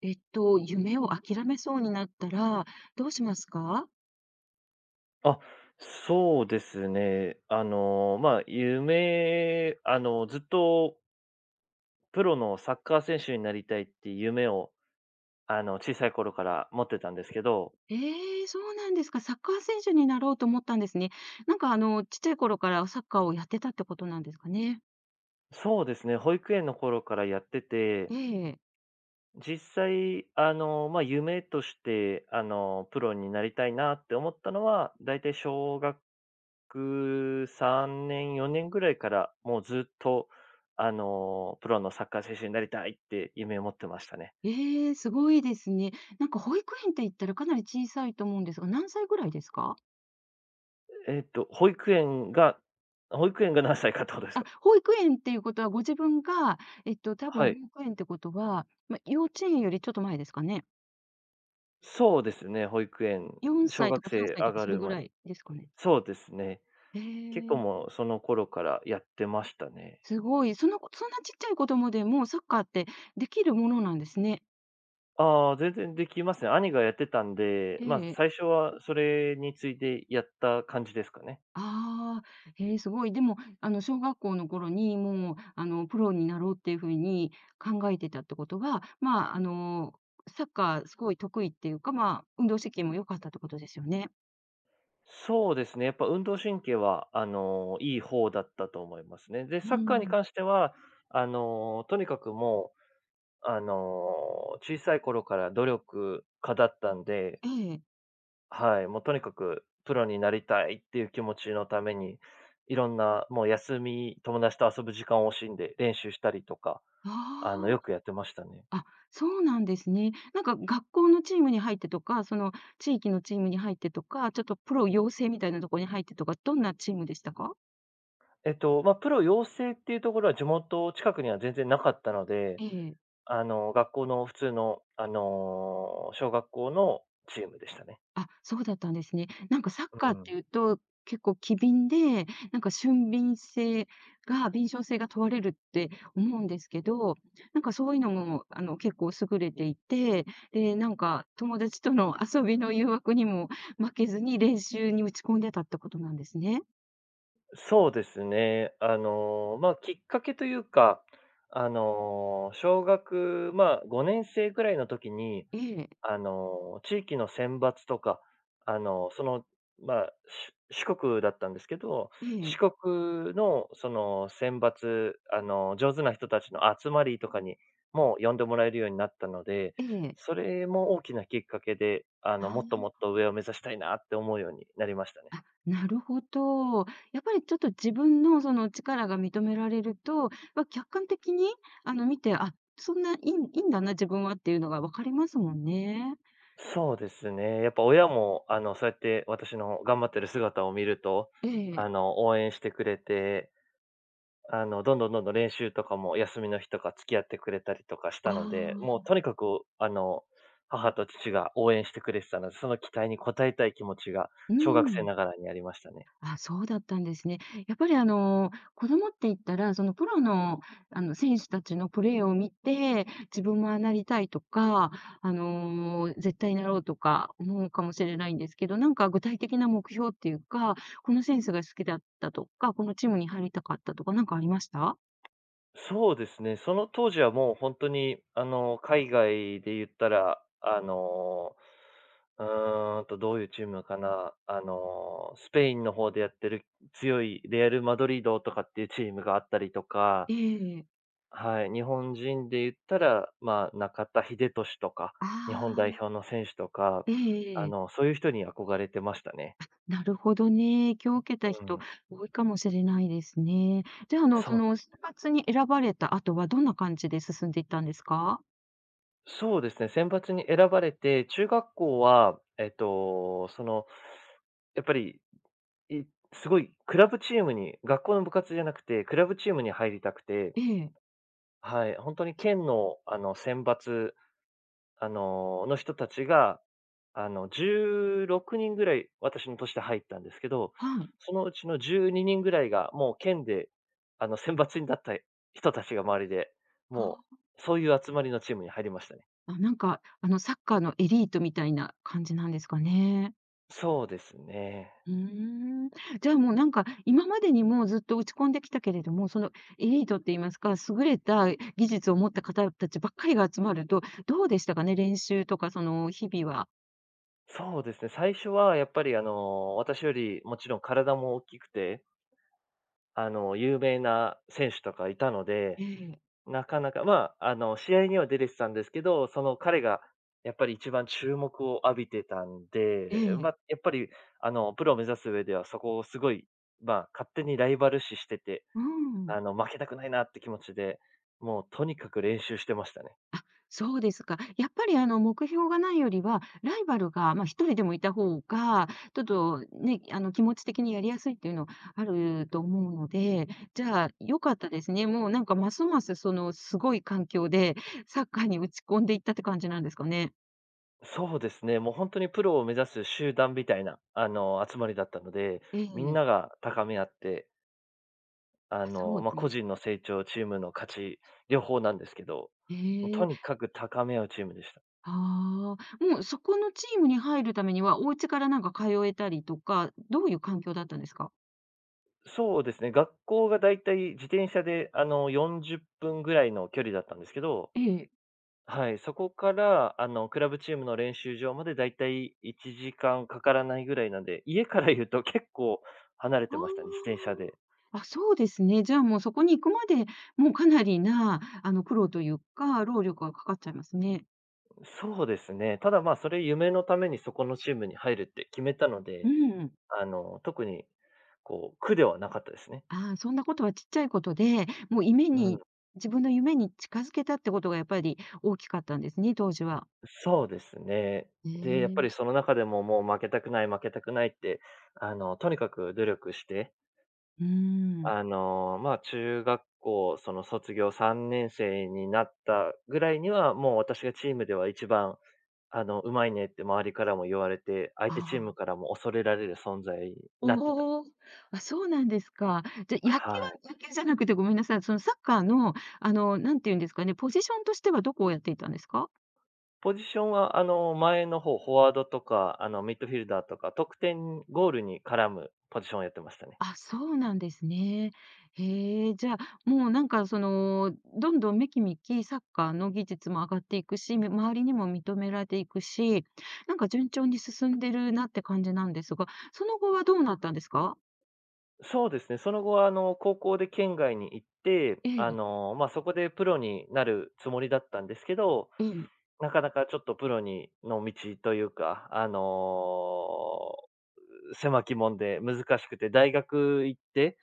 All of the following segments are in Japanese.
夢を諦めそうになったら、どうしますか？あ、そうですね。あの、まあ、夢あの、ずっとプロのサッカー選手になりたいっていう夢を、小さい頃から持ってたんですけど、ええ、そうなんですか。サッカー選手になろうと思ったんですね。なんかちっちゃい頃からサッカーをやってたってことなんですかね？そうですね、保育園の頃からやってて、ええ。実際、夢として、プロになりたいなって思ったのは、だいたい小学3年、4年ぐらいから、もうずっと、プロのサッカー選手になりたいって夢を持ってましたね。ええ、すごいですね。なんか保育園って言ったらかなり小さいと思うんですが、何歳ぐらいですか？えっと、保育園が保育園が何歳かってことですあ、か？保育園っていうことはご自分が、多は分保い。育園ってことは、ま、幼稚園よりちょっと前ですかねそうですね、保育園、？4小歳と学か3生歳上とかがそれるぐら前。いですかね？そうですね。え結構え。もうその頃からやってましたね。すごい、そのそんなちっちゃい子供でもサッカーってできるものなんですね。ああ、全然できますね。兄がやってたんで、えま、え。最初はそれについてやった感じですかね。ああ、へえ、すごい。でも、小学校の頃にもう、プロになろうっていうふうに考えてたってことは、まあ、サッカーすごい得意っていうか、まあ、運動神経も良かったってことですよね。そうですね、やっぱ運動神経は、いい方だったと思いますね。で、うサッカーにん。関しては、とにかくもう小さい頃から努力家だったんで、ええ。はい、もうとにかくプロになりたいっていう気持ちのために、いろんなもう休み、友達と遊ぶ時間を惜しんで練習したりとか、あよくやってましたね。あ、あ、そうなんですね。なんか学校のチームに入ってとか、その地域のチームに入ってとか、ちょっとプロ養成みたいなところに入ってとか、どんなチームでしたか？プロ養成っていうところは地元近くには全然なかったので、ええ。学校の普通の、小学校のチームでしたね。あ、そうだったんですね。なんかサッカーうってん。いうと、結構機敏で、なんか俊敏性が敏捷性が問われるって思うんですけど、なんかそういうのも、結構優れていて、で、なんか友達との遊びの誘惑にも負けずに練習に打ち込んでたってことなんですね。そうですね。きっかけというか、小学、まあ、5年生ぐらいの時に、ええ、地域の選抜とか、あの、その、まあ、四国だったんですけど、え四え、国のその選抜、上手な人たちの集まりとかにも呼んでもらえるようになったので、ええ。それも大きなきっかけで、あもっとあ。もっと上を目指したいなって思うようになりましたね。あ、なるほど。やっぱりちょっと自分のその力が認められると、まあ、客観的に見て、あ、そんないいんだな、自分はっていうのがわかりますもんね。そうですね。やっぱ親も、そうやって私の頑張ってる姿を見ると、ええ。応援してくれて、どんどんどんどん練習とかも休みの日とか付き合ってくれたりとかしあたので、もうとあ、にかく、あの、母と父が応援してくれてたので、その期待に応えたい気持ちがう小学生ん。ながらにありましたね。あ、そうだったんですね。やっぱり子供って言ったら、そのプロの、選手たちのプレーを見て、自分もああなりたいとか、絶対なろうとか思うかもしれないんですけど、なんか具体的な目標っていうか、この選手が好きだったとか、このチームに入りたかったとか、なんかありました？そうですね。その当時はもう本当に、海外で言ったら、どういうチームかな。スペインの方でやってる強いレアル・マドリードとかっていうチームがあったりとか、ええ。はい、日本人で言ったら、まあ、中田英寿とか、あ日本代あ、表の選手とか、ええええええ。そういう人に憧れてましたね。なるほどね。影響を受けたう人、ん。多いかもしれないですね。じゃあ、そそうの、選抜に選ばれた後はどんな感じで進んでいったんですか？そうですね選抜に選ばれて、中学校は、やっぱり、いすごいクラブチームに、学校の部活じゃなくて、クラブチームに入りたくて、ええ、はい、本当に県の、選抜、人たちが、16人ぐらい、私の年で入ったんですけど、はい。そのうちの12人ぐらいが、もう県で、選抜になった人たちが周りで、もあそういう集まりのチームに入りましたね。あ、なんか、サッカーのエリートみたいな感じなんですかね。そうですね。うーん。じゃあ、もう、なんか、今までにもずっと打ち込んできたけれども、その、エリートって言いますか、優れた技術を持った方たちばっかりが集まると、どうでしたかね？練習とか、その、日々は。そうですね、最初はやっぱり私よりもちろん体も大きくて、有名な選手とかいたので、ええ、なかなか、まあ、試合には出れてたんですけど、その彼がやっぱり一番注目を浴びてたんえで、まえ。あ、やっぱりプロを目指す上ではそこをすごい、まあ、勝手にライバル視してて、うん。負けたくないなって気持ちで、もうとにかく練習してましたね。そうですか。やっぱり目標がないよりは、ライバルが、まあ、一人でもいた方が、ちょっとね、気持ち的にやりやすいっていうのあると思うので、じゃあ良かったですね。もうなんかますますそのすごい環境でサッカーに打ち込んでいったって感じなんですかね。そうですね、もう本当にプロを目指す集団みたいな、集まりだったので、えみんえ。なが高め合って、あ、そうなん個です。人の成長、チームの勝ち、両方なんですけど、もうとえにえ。かく高め合うチームでした。ああ。もうそこのチームに入るためには、お家からなんか通えたりとか、どういう環境だったんですか？そうですね、学校がだいたい自転車で、40分ぐらいの距離だったんですけど、ええ。はい、そこから、クラブチームの練習場までだいたい1時間かからないぐらいなんで、家から言うと結構離れてましたね、自転あ車で。あ。あ、そうですね。じゃあ、もうそこに行くまで、もうかなりな、苦労というか、労力がかかっちゃいますね。そうですね。ただまあ、それ夢のためにそこのチームに入るって決めたのうで、ん。特にこう、苦ではなかったですね。ああ、そんなことはちっちゃいことで、もう夢うん。に自分の夢に近づけたってことがやっぱり大きかったんですね、当時は。そうですね。へで、やっぱえ。りその中でももう負けたくない負けたくないって、とにかく努力して、うん。中学校、その卒業3年生になったぐらいには、もう私がチームでは一番、うまいねって周りからも言われて、相あ手チームかあ。らも恐れられる存在になってた。おお。あ、そうなんですか。じゃ、野球はい。は野球じゃなくてごめんなさい、そのサッカーの、なんていうんですかね、ポジションとしてはどこをやっていたんですか？ポジションは、前の方、フォワードとか、ミッドフィルダーとか、得点ゴールに絡むポジションをやってましたね。あ、そうなんですね。へえ、じゃあ、もうなんかその、どんどんめきめきサッカーの技術も上がっていくし、周りにも認められていくし、なんか順調に進んでるなって感じなんですが、その後はどうなったんですか？そうですね、その後は、高校で県外に行って、ええ、そこでプロになるつもりだったんですけど、ええ、なかなかちょっとプロにの道というか、狭き門で難しくて、大学行って、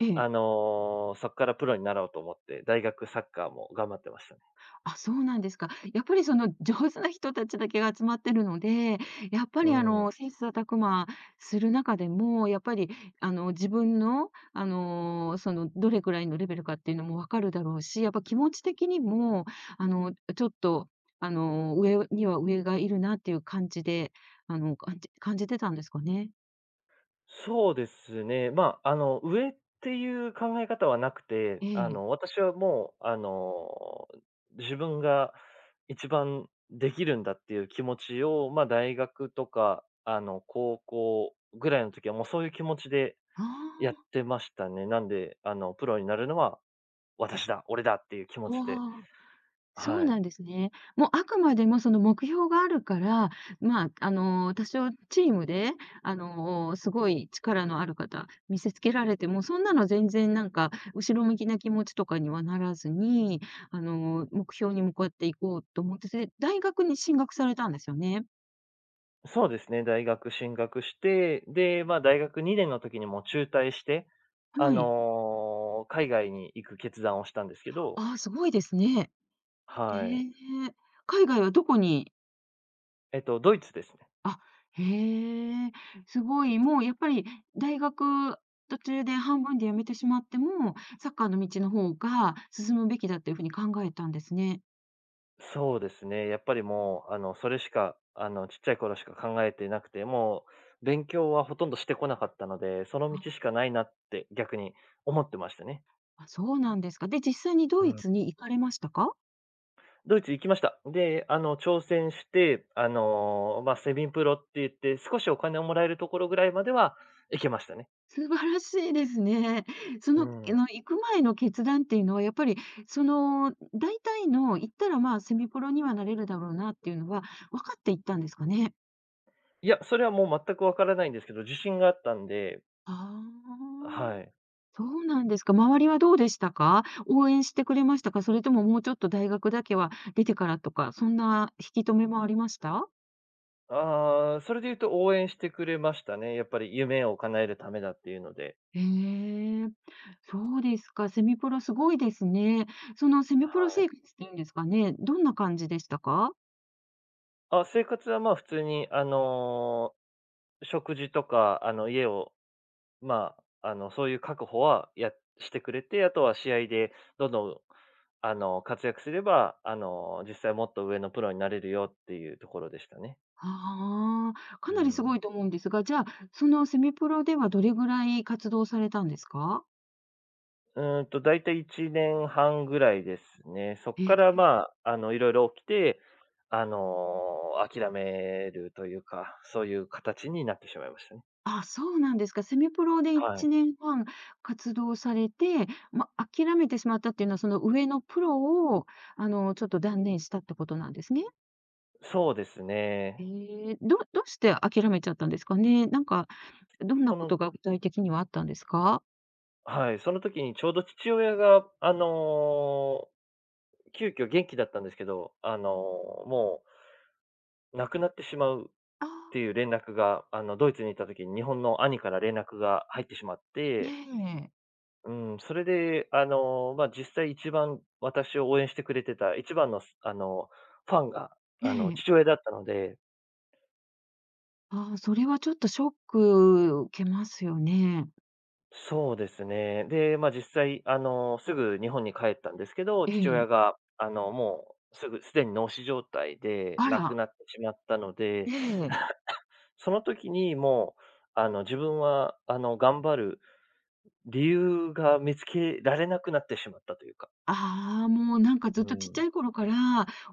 ええ。そこからプロになろうと思って、大学サッカーも頑張ってましたね。あ、そうなんですか。やっぱりその上手な人たちだけが集まってるので、やっぱうりん。切磋琢磨する中でも、やっぱり自分の、その、どれくらいのレベルかっていうのもわかるだろうし、やっぱ気持ち的にも、ちょっと、上には上がいるなっていう感じで、感じてたんですかね。そうですね。上っていう考え方はなくて、ええ。私はもう、自分が一番できるんだっていう気持ちを、まあ、大学とか、高校ぐらいの時はもうそういう気持ちであやっあ、てましたね。なんで、プロになるのは私だ、俺だっていう気持うちわで、あ。そはうい。なんですね。もうあくまでもその目標があるから、まあ、多少チームで、すごい力のある方見せつけられても、そんなの全然なんか後ろ向きな気持ちとかにはならずに、目標に向かっていこうと思って、で、大学に進学されたんですよね。そうですね、大学進学して、で、まあ、大学2年の時にもう中退して、はい。海外に行く決断をしたんですけど、ああ、すごいですね。えはい。え。海外はどこにえっと、ドイツですね。あ、へえ、すごい、もうやっぱり大学途中で半分で辞めてしまっても、サッカーの道の方が進むべきだというふうに考えたんですね。そうですね、やっぱりもう、それしか、ちっちゃい頃しか考えてなくて、もう勉強はほとんどしてこなかったので、その道しあ、かないなって逆に思ってましたね。そうなんですか。で、実際にうドイん。ツに行かれましたか？ドイツ行きました。で、挑戦して、セミプロって言って、少しお金をもらえるところぐらいまでは行けましたね。素晴らしいですね。そうの、ん。行く前の決断っていうのは、やっぱり、その、大体の行ったら、まあ、セミプロにはなれるだろうなっていうのは分かって行ったんですかね？いや、それはもう全くわからないんですけど、自信があったんで、あはあ。い。そうなんですか。周りはどうでしたか？応援してくれましたか？それとももうちょっと大学だけは出てからとか、そんな引き留めもありました？ああ、それで言うと応援してくれましたね。やっぱり夢を叶えるためだっていうので。へえ、そうですか。セミプロすごいですね。そのセミはプロい。生活っていうんですかね、どんな感じでしたか？あ、生活はまあ、普通に食事とか、家をまそういう確保は、してくれて、あとは試合でどんどん、活躍すれば、実際もっと上のプロになれるよっていうところでしたね。ああ、かうなりすん。ごいと思うんですが、じゃあ、そのセミプロではどれぐらい活動されたんですか？だいたい1年半ぐらいですね。そっかえ。らまあ、いろいろ起きて、諦めるというか、そういう形になってしまいましたね。あ、そうなんですか。セミプロではい。1年間活動されて、ま、諦めてしまったっていうのは、その上のプロを、ちょっと断念したってことなんですね。そうですね。ええ、どうして諦めちゃったんですかね？なんか、どんなそことのが具体的にはあったんですか？はい、その時にちょうど父親が、急遽元気だったんですけど、もう亡くなってしまうっああ、ていう連絡が、ドイツにいた時に日本の兄から連絡が入ってしまっえて、え、うん、それで、実際一番私を応援してくれてた一番の、ファンが、ええ。父親だったので、ああ、それはちょっとショック受けますよね。そうですね。で、ま、実際、すぐ日本に帰ったんですけど、え父親え。が、もうすぐすでに脳死状態であ亡くら、なってしまったので、ええ。その時にもう、自分は、頑張る理由が見つけられなくなってしまったというか。ああ、もうなんかずっうとちっちん。ゃい頃から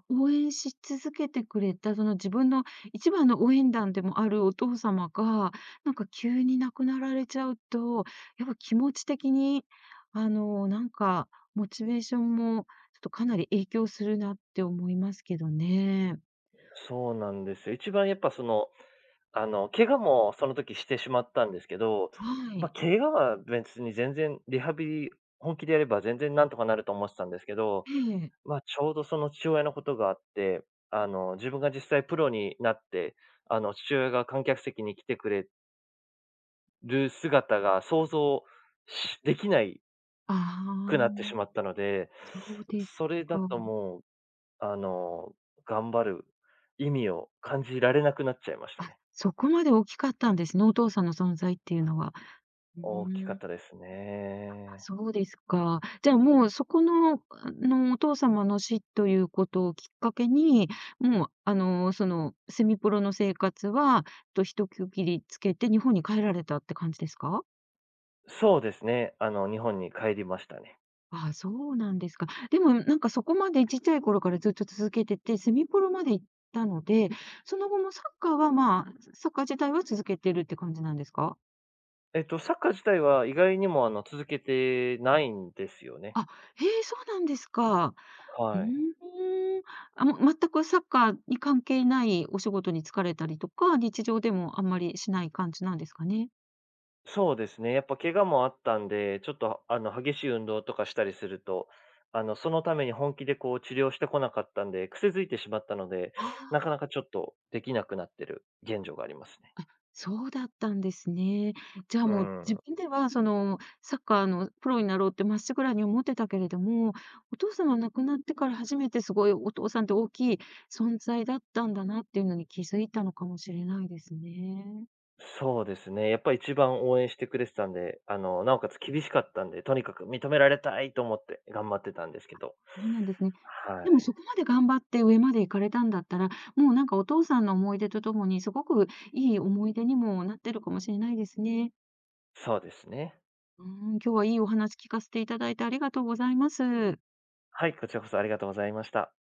応援し続けてくれた、その自分の一番の応援団でもあるお父様が、なんか急に亡くなられちゃうと、やっぱ気持ち的に、なんかモチベーションもちょっとかなり影響するなって思いますけどね。そうなんですよ。一番やっぱその、怪我もその時してしまったんですけど、はまあ、い。怪我は別に全然リハビリ本気でやれば全然なんとかなると思ってたんですけど、ええ。まあ、ちょうどその父親のことがあって、自分が実際プロになって、父親が観客席に来てくれる姿が想像できないあくなってあ、しまったので、そうですそれだか。ともう、あの、頑張る意味を感じられなくなっちゃいましたあ、ね。そこまで大きかったんですね、お父さんの存在っていうのは。う大きかーっん。たですね。そうですか。じゃあもうそこの、お父様の死ということをきっかけに、もう、そのセミプロの生活は、一区切りつけて日本に帰られたって感じですか？そうですね、日本に帰りましたね。ああ、そうなんですか。でもなんかそこまでちっちゃい頃からずっと続けてて、セミプロまで行ったので、その後もサッカーはまあ、サッカー自体は続けてるって感じなんですか？えっと、サッカー自体は意外にも、続けてないんですよね。あ、へえ、そうなんですか。うはい。ーん。あ、もう全くサッカーに関係ないお仕事に就かれたりとか、日常でもあんまりしない感じなんですかね？そうですね。やっぱ怪我もあったんで、ちょっとあの激しい運動とかしたりすると、あのそのために本気でこう治療してこなかったんで、癖づいてしまったので、あなかなあ、かちょっとできなくなってる現状がありますね。そうだったんですね。じゃあうもうん。自分ではそのサッカーのプロになろうってまっしぐらに思ってたけれども、お父様亡くなってから初めてすごいお父さんって大きい存在だったんだなっていうのに気づいたのかもしれないですね。そうですね。やっぱ一番応援してくれてたんで、なおかつ厳しかったんで、とにかく認められたいと思って頑張ってたんですけど。そうなんですね。はでもい。そこまで頑張って上まで行かれたんだったら、もうなんかお父さんの思い出とともに、すごくいい思い出にもなってるかもしれないですね。そうですね。うん、今日はいいお話聞かせていただいてありがとうございます。はい、こちらこそありがとうございました。